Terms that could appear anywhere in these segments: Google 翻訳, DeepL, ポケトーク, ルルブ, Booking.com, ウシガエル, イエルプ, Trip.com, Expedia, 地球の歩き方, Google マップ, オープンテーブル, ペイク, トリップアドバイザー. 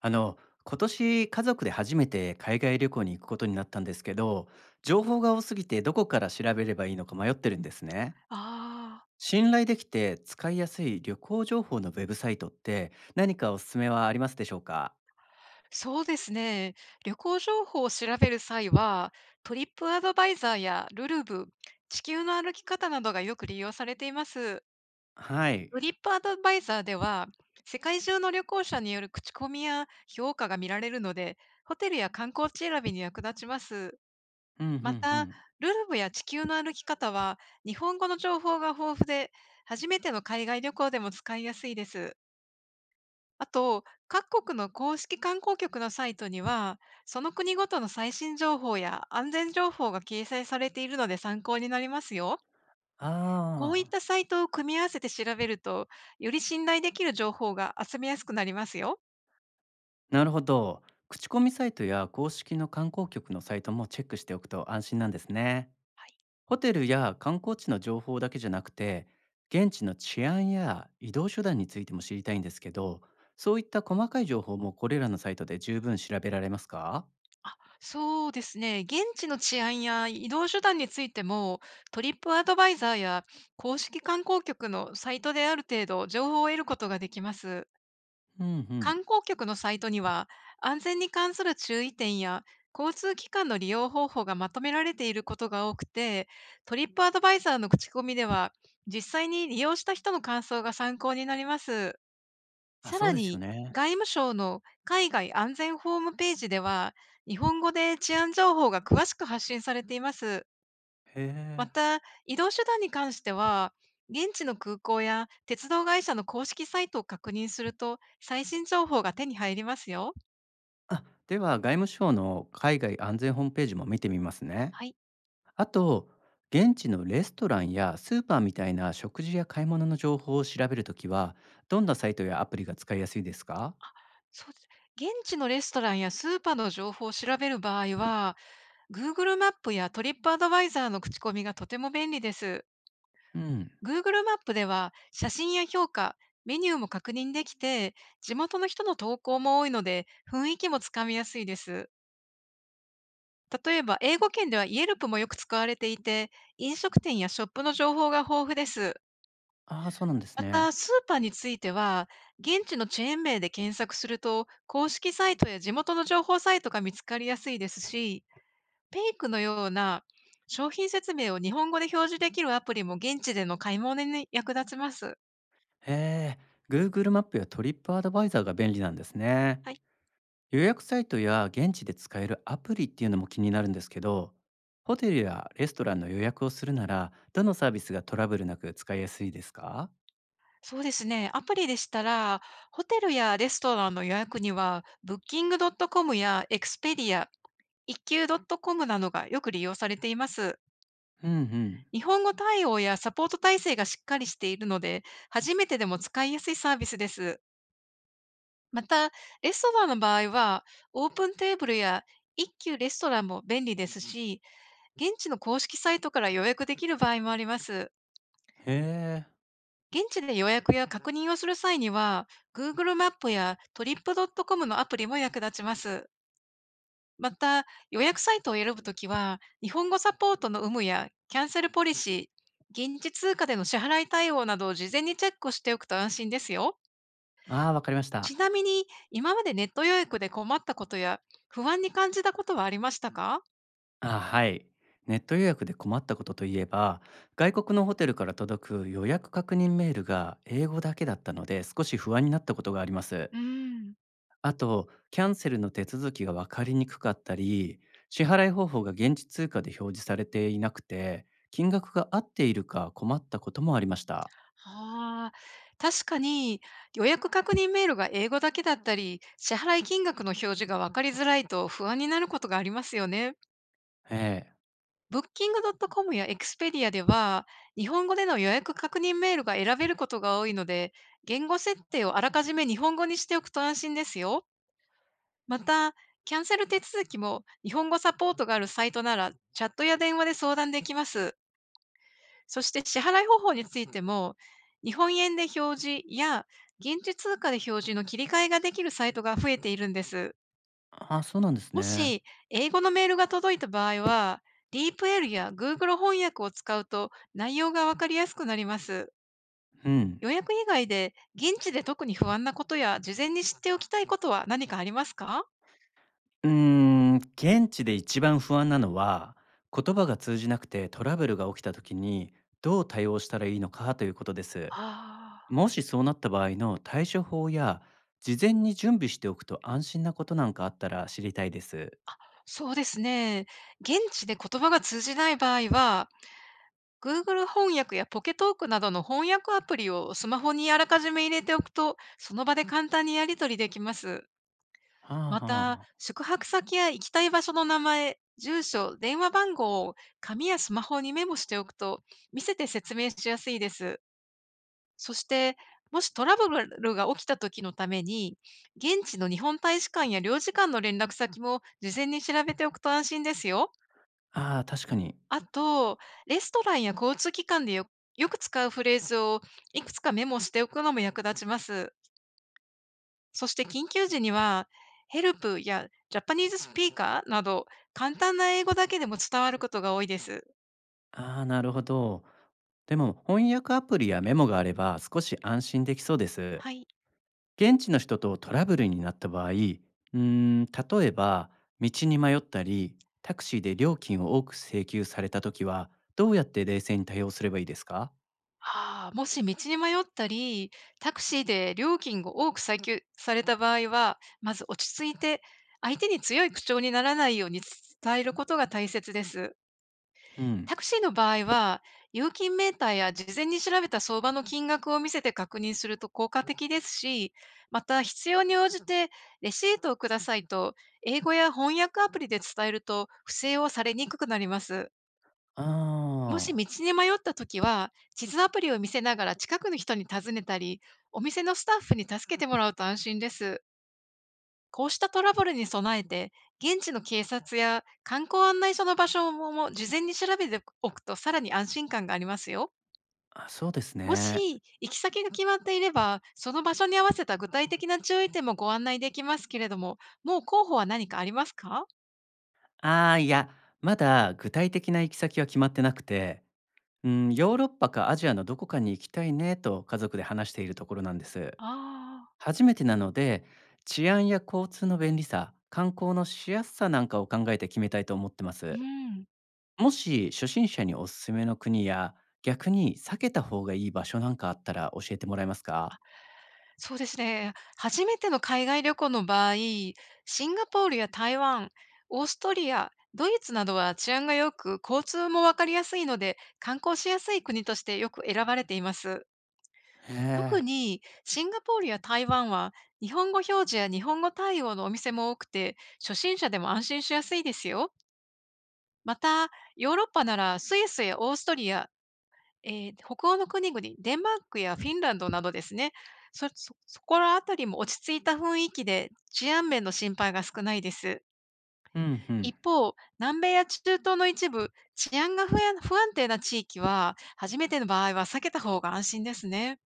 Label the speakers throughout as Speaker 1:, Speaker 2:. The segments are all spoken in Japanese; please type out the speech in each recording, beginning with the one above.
Speaker 1: あの、今年家族で初めて海外旅行に行くことになったんですけど、情報が多すぎてどこから調べればいいのか迷ってるんですね。
Speaker 2: ああ、
Speaker 1: 信頼できて使いやすい旅行情報のウェブサイトって何かおすすめはありますでしょうか？
Speaker 2: そうですね。旅行情報を調べる際は、トリップアドバイザーやルルブ、地球の歩き方などがよく利用されています。
Speaker 1: は
Speaker 2: ト
Speaker 1: い。
Speaker 2: リップアドバイザーでは、世界中の旅行者による口コミや評価が見られるので、ホテルや観光地選びに役立ちます。
Speaker 1: うんうん
Speaker 2: ま
Speaker 1: う
Speaker 2: た、
Speaker 1: ん。
Speaker 2: ルルブや地球の歩き方は、日本語の情報が豊富で、初めての海外旅行でも使いやすいです。あと、各国の公式観光局のサイトには、その国ごとの最新情報や安全情報が掲載されているので参考になりますよ。こう
Speaker 1: あ
Speaker 2: いっ
Speaker 1: あ、
Speaker 2: たサイトを組み合わせて調べると、より信頼できる情報が集めやすくなりますよ。
Speaker 1: なるほど。口コミサイトや公式の観光局のサイトもチェックしておくと安心なんですね。
Speaker 2: はい。
Speaker 1: ホテルや観光地の情報だけじゃなくて、現地の治安や移動手段についても知りたいんですけど、そういった細かい情報もこれらのサイトで十分調べられますか？
Speaker 2: あ、そうですね。現地の治安や移動手段についても、トリップアドバイザーや公式観光局のサイトである程度情報を得ることができます。
Speaker 1: うんうん。
Speaker 2: 観光局のサイトには、安全に関する注意点や交通機関の利用方法がまとめられていることが多くて、トリップアドバイザーの口コミでは、実際に利用した人の感想が参考になります。
Speaker 1: あ、
Speaker 2: さ
Speaker 1: そう
Speaker 2: ら
Speaker 1: ですよ
Speaker 2: に、
Speaker 1: ね。
Speaker 2: 外務省の海外安全ホームページでは、日本語で治安情報が詳しく発信されています。
Speaker 1: へ
Speaker 2: ま
Speaker 1: え。
Speaker 2: た、移動手段に関しては、現地の空港や鉄道会社の公式サイトを確認すると、最新情報が手に入りますよ。
Speaker 1: あ、では外務省の海外安全ホームページも見てみますね。
Speaker 2: はい。
Speaker 1: あと、現地のレストランやスーパーみたいな食事や買い物の情報を調べるときは、どんなサイトやアプリが使いやすいですか？
Speaker 2: そうです。現地のレストランやスーパーの情報を調べる場合は、Google マップやトリップアドバイザーの口コミがとても便利です。
Speaker 1: うん。
Speaker 2: Google マップでは写真や評価、メニューも確認できて、地元の人の投稿も多いので、雰囲気もつかみやすいです。例えば、英語圏ではイエルプもよく使われていて、飲食店やショップの情報が豊富です。
Speaker 1: ああ、そうなんです
Speaker 2: ま
Speaker 1: ね。
Speaker 2: た、スーパーについては、現地のチェーン名で検索すると、公式サイトや地元の情報サイトが見つかりやすいですし、ペイクのような商品説明を日本語で表示できるアプリも現地での買い物に役立ちます。
Speaker 1: へえ、Google マップやトリップアドバイザーが便利なんですね。
Speaker 2: はい。
Speaker 1: 予約サイトや現地で使えるアプリっていうのも気になるんですけど、ホテルやレストランの予約をするなら、どのサービスがトラブルなく使いやすいですか？
Speaker 2: そうですね。アプリでしたら、ホテルやレストランの予約には、Booking.com や Expedia、一級 .com などがよく利用されています。
Speaker 1: うんうん。
Speaker 2: 日本語対応やサポート体制がしっかりしているので、初めてでも使いやすいサービスです。また、レストランの場合は、オープンテーブルや一級レストランも便利ですし、現地の公式サイトから予約できる場合もあります。
Speaker 1: へえ。
Speaker 2: 現地で予約や確認をする際には、Google マップや Trip.com のアプリも役立ちます。また、予約サイトを選ぶときは、日本語サポートの有無やキャンセルポリシー、現地通貨での支払い対応などを事前にチェックしておくと安心ですよ。
Speaker 1: ああ、わかりました。
Speaker 2: ちなみに、今までネット予約で困ったことや不安に感じたことはありましたか？
Speaker 1: あはい。ネット予約で困ったことといえば、外国のホテルから届く予約確認メールが英語だけだったので、少し不安になったことがあります。
Speaker 2: うん。
Speaker 1: あと、キャンセルの手続きが分かりにくかったり、支払い方法が現地通貨で表示されていなくて、金額が合っているか困ったこともありました。
Speaker 2: ああ、確かに予約確認メールが英語だけだったり、支払い金額の表示が分かりづらいと不安になることがありますよね。
Speaker 1: ええ。
Speaker 2: ブッキングドットコムやエクスペディアでは、日本語での予約確認メールが選べることが多いので、言語設定をあらかじめ日本語にしておくと安心ですよ。また、キャンセル手続きも日本語サポートがあるサイトなら、チャットや電話で相談できます。そして支払い方法についても、日本円で表示や現地通貨で表示の切り替えができるサイトが増えているんです。
Speaker 1: あそうなんです
Speaker 2: も
Speaker 1: ね。
Speaker 2: し、英語のメールが届いた場合は、DeepL や Google 翻訳を使うと内容がわかりやすくなります。
Speaker 1: うん。
Speaker 2: 予約以外で、現地で特に不安なことや、事前に知っておきたいことは何かありますか？
Speaker 1: うーん、現地で一番不安なのは、言葉が通じなくてトラブルが起きた時に、どう対応したらいいのかということです。
Speaker 2: ああ、
Speaker 1: もしそうなった場合の対処法や、事前に準備しておくと安心なことなんかあったら知りたいです。
Speaker 2: そうですね。現地で言葉が通じない場合は、Google 翻訳やポケトークなどの翻訳アプリをスマホにあらかじめ入れておくと、その場で簡単にやり取りできます。
Speaker 1: はあは
Speaker 2: また、
Speaker 1: あ。
Speaker 2: 宿泊先や行きたい場所の名前、住所、電話番号を紙やスマホにメモしておくと、見せて説明しやすいです。そして、もしトラブルが起きた時のために、現地の日本大使館や領事館の連絡先も事前に調べておくと安心ですよ。
Speaker 1: ああ、確かに。
Speaker 2: あと、レストランや交通機関でよく使うフレーズをいくつかメモしておくのも役立ちます。そして緊急時には、ヘルプやジャパニーズスピーカーなど、簡単な英語だけでも伝わることが多いです。
Speaker 1: ああ、なるほど。でも翻訳アプリやメモがあれば少し安心できそうです。
Speaker 2: はい。
Speaker 1: 現地の人とトラブルになった場合、うーん、例えば道に迷ったり、タクシーで料金を多く請求された時は、どうやって冷静に対応すればいいですか？
Speaker 2: はあ、もし道に迷ったり、タクシーで料金を多く請求された場合は、まず落ち着いて、相手に強い口調にならないように伝えることが大切です。
Speaker 1: うん。
Speaker 2: タクシーの場合は、料金メーターや事前に調べた相場の金額を見せて確認すると効果的ですし、また必要に応じてレシートをくださいと英語や翻訳アプリで伝えると不正をされにくくなります。
Speaker 1: あ
Speaker 2: もし
Speaker 1: ー
Speaker 2: 道に迷ったときは、地図アプリを見せながら近くの人に尋ねたり、お店のスタッフに助けてもらうと安心です。こうしたトラブルに備えて、現地の警察や観光案内所の場所も事前に調べておくとさらに安心感がありますよ。
Speaker 1: あ、そうです
Speaker 2: も
Speaker 1: ね。
Speaker 2: し、行き先が決まっていれば、その場所に合わせた具体的な注意点もご案内できますけれども、もう候補は何かありますか？
Speaker 1: ああ、いや、まだ具体的な行き先は決まってなくて、うん、ヨーロッパかアジアのどこかに行きたいねと家族で話しているところなんです。
Speaker 2: ああ
Speaker 1: 初めてなので、治安や交通の便利さ、観光のしやすさなんかを考えて決めたいと思ってま
Speaker 2: ー、う
Speaker 1: す。
Speaker 2: ん。
Speaker 1: もし初心者におすすめの国や、逆に避けた方がいい場所なんかあったら教えてもらえますか？
Speaker 2: そうですね。初めての海外旅行の場合、シンガポールや台湾、オーストリア、ドイツなどは治安が良く、交通もわかりやすいので、観光しやすい国としてよく選ばれています。
Speaker 1: へ
Speaker 2: 特
Speaker 1: え。
Speaker 2: にシンガポールや台湾は日本語表示や日本語対応のお店も多くて、初心者でも安心しやすいですよ。また、ヨーロッパならスイスやオーストリア、北欧の国々、デンマークやフィンランドなどですね、そこらあたりも落ち着いた雰囲気で、治安面の心配が少ないです。
Speaker 1: うんう
Speaker 2: 一
Speaker 1: ん。
Speaker 2: 方、南米や中東の一部、治安が不安定な地域は、初めての場合は避けた方が安心ですね。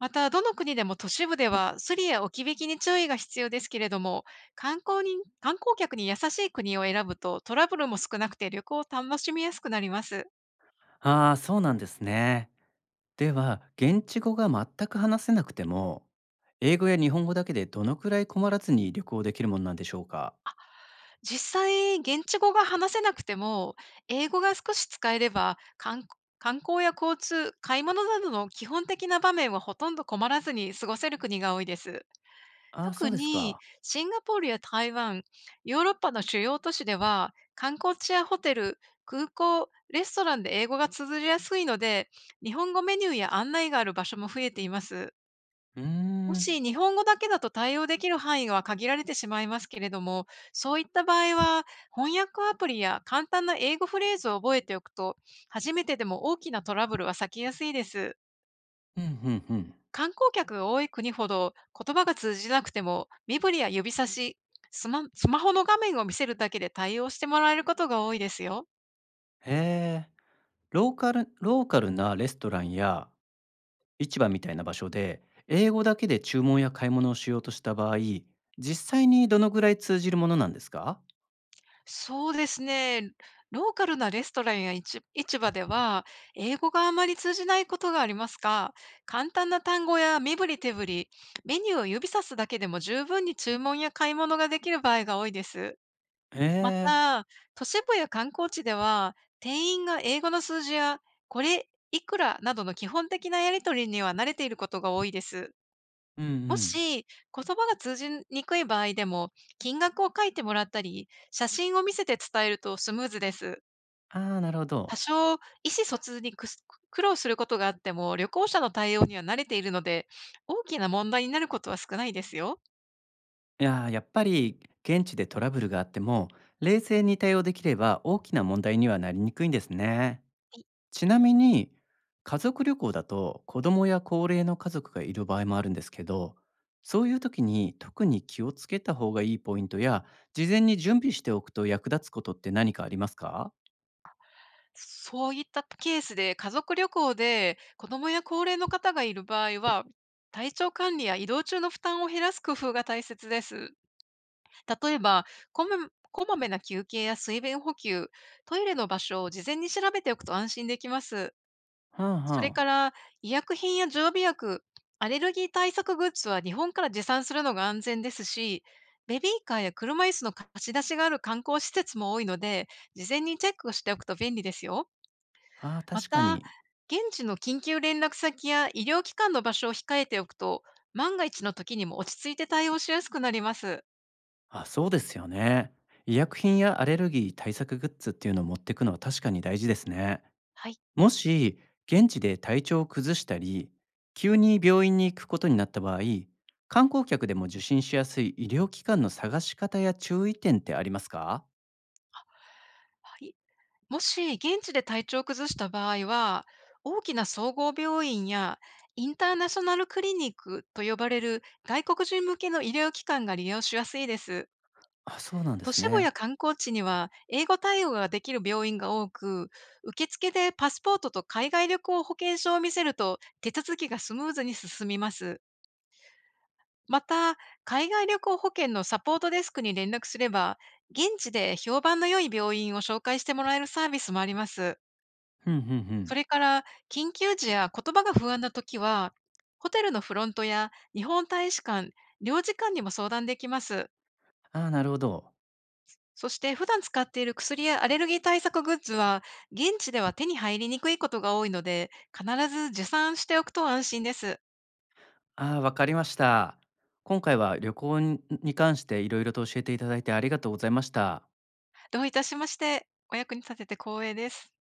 Speaker 2: また、どの国でも都市部ではスリや置き引きに注意が必要ですけれども、観光客に優しい国を選ぶとトラブルも少なくて旅行を楽しみやすくなります。
Speaker 1: ああ、そうなんですね。では、現地語が全く話せなくても、英語や日本語だけでどのくらい困らずに旅行できるものなんでしょうか？
Speaker 2: 実際、現地語が話せなくても、英語が少し使えれば、観観光や交通、買い物などの基本的な場面はほとんど困らずに過ごせる国が多いです。
Speaker 1: ああ、そう
Speaker 2: 特
Speaker 1: です
Speaker 2: に
Speaker 1: か。
Speaker 2: シンガポールや台湾、ヨーロッパの主要都市では、観光地やホテル、空港、レストランで英語が綴りやすいので、日本語メニューや案内がある場所も増えています。
Speaker 1: うー
Speaker 2: も
Speaker 1: ん。
Speaker 2: し日本語だけだと対応できる範囲は限られてしまいますけれども、そういった場合は翻訳アプリや簡単な英語フレーズを覚えておくと、初めてでも大きなトラブルは避けやすいです。
Speaker 1: ふんふんふん。
Speaker 2: 観光客が多い国ほど言葉が通じなくても、身振りや指差し、スマホの画面を見せるだけで対応してもらえることが多いですよ。
Speaker 1: へえ。ローカルなレストランや市場みたいな場所で、英語だけで注文や買い物をしようとした場合、実際にどのぐらい通じるものなんですか？
Speaker 2: そうですね。ローカルなレストランや市場では、英語があまり通じないことがありますが、簡単な単語や身振り手振り、メニューを指さすだけでも十分に注文や買い物ができる場合が多いです。
Speaker 1: へ
Speaker 2: ま
Speaker 1: え。
Speaker 2: た、都市部や観光地では、店員が英語の数字や、これ、いくらなどの基本的なやり取りには慣れていることが多いです。
Speaker 1: うんう
Speaker 2: も
Speaker 1: ん。
Speaker 2: し、言葉が通じにくい場合でも、金額を書いてもらったり、写真を見せて伝えるとスムーズです。
Speaker 1: ああ、なるほ
Speaker 2: 多
Speaker 1: ど。
Speaker 2: 少、意思疎通に苦労することがあっても、旅行者の対応には慣れているので、大きな問題になることは少ないですよ。
Speaker 1: いやー、やっぱり現地でトラブルがあっても、冷静に対応できれば大きな問題にはなりにくいんですね。ちなみに、家族旅行だと子供や高齢の家族がいる場合もあるんですけど、そういう時に特に気をつけた方がいいポイントや、事前に準備しておくと役立つことって何かありますか？
Speaker 2: そういったケースで、家族旅行で子供や高齢の方がいる場合は、体調管理や移動中の負担を減らす工夫が大切です。例えば、こまこまめな休憩や水分補給、トイレの場所を事前に調べておくと安心できます。
Speaker 1: はんは
Speaker 2: それ
Speaker 1: ん。
Speaker 2: から、医薬品や常備薬、アレルギー対策グッズは日本から持参するのが安全ですし、ベビーカーや車椅子の貸し出しがある観光施設も多いので、事前にチェックしておくと便利ですよ。
Speaker 1: ああ、
Speaker 2: ま
Speaker 1: 確か
Speaker 2: た、
Speaker 1: に。
Speaker 2: 現地の緊急連絡先や医療機関の場所を控えておくと、万が一の時にも落ち着いて対応しやすくなります。
Speaker 1: あ、そうですよね。医薬品やアレルギー対策グッズっていうのを持っていくのは確かに大事ですね。
Speaker 2: はい。
Speaker 1: もし現地で体調を崩したり急に病院に行くことになった場合、観光客でも受診しやすい医療機関の探し方や注意点ってありますか？
Speaker 2: はい、もし現地で体調を崩した場合は、大きな総合病院やインターナショナルクリニックと呼ばれる外国人向けの医療機関が利用しやすいです。
Speaker 1: あそうなんで
Speaker 2: 都
Speaker 1: す
Speaker 2: 市部や
Speaker 1: ね。
Speaker 2: 観光地には英語対応ができる病院が多く、受付でパスポートと海外旅行保険証を見せると手続きがスムーズに進みます。また、海外旅行保険のサポートデスクに連絡すれば、現地で評判の良い病院を紹介してもらえるサービスもあります。
Speaker 1: ふんふんふん。
Speaker 2: それから、緊急時や言葉が不安な時は、ホテルのフロントや日本大使館、領事館にも相談できます。
Speaker 1: ああなるほど。
Speaker 2: そして普段使っている薬やアレルギー対策グッズは、現地では手に入りにくいことが多いので、必ず持参しておくと安心です。
Speaker 1: ああわかりました。今回は旅行に関していろいろと教えていただいてありがとうございました。
Speaker 2: どういたしまして、お役に立てて光栄です。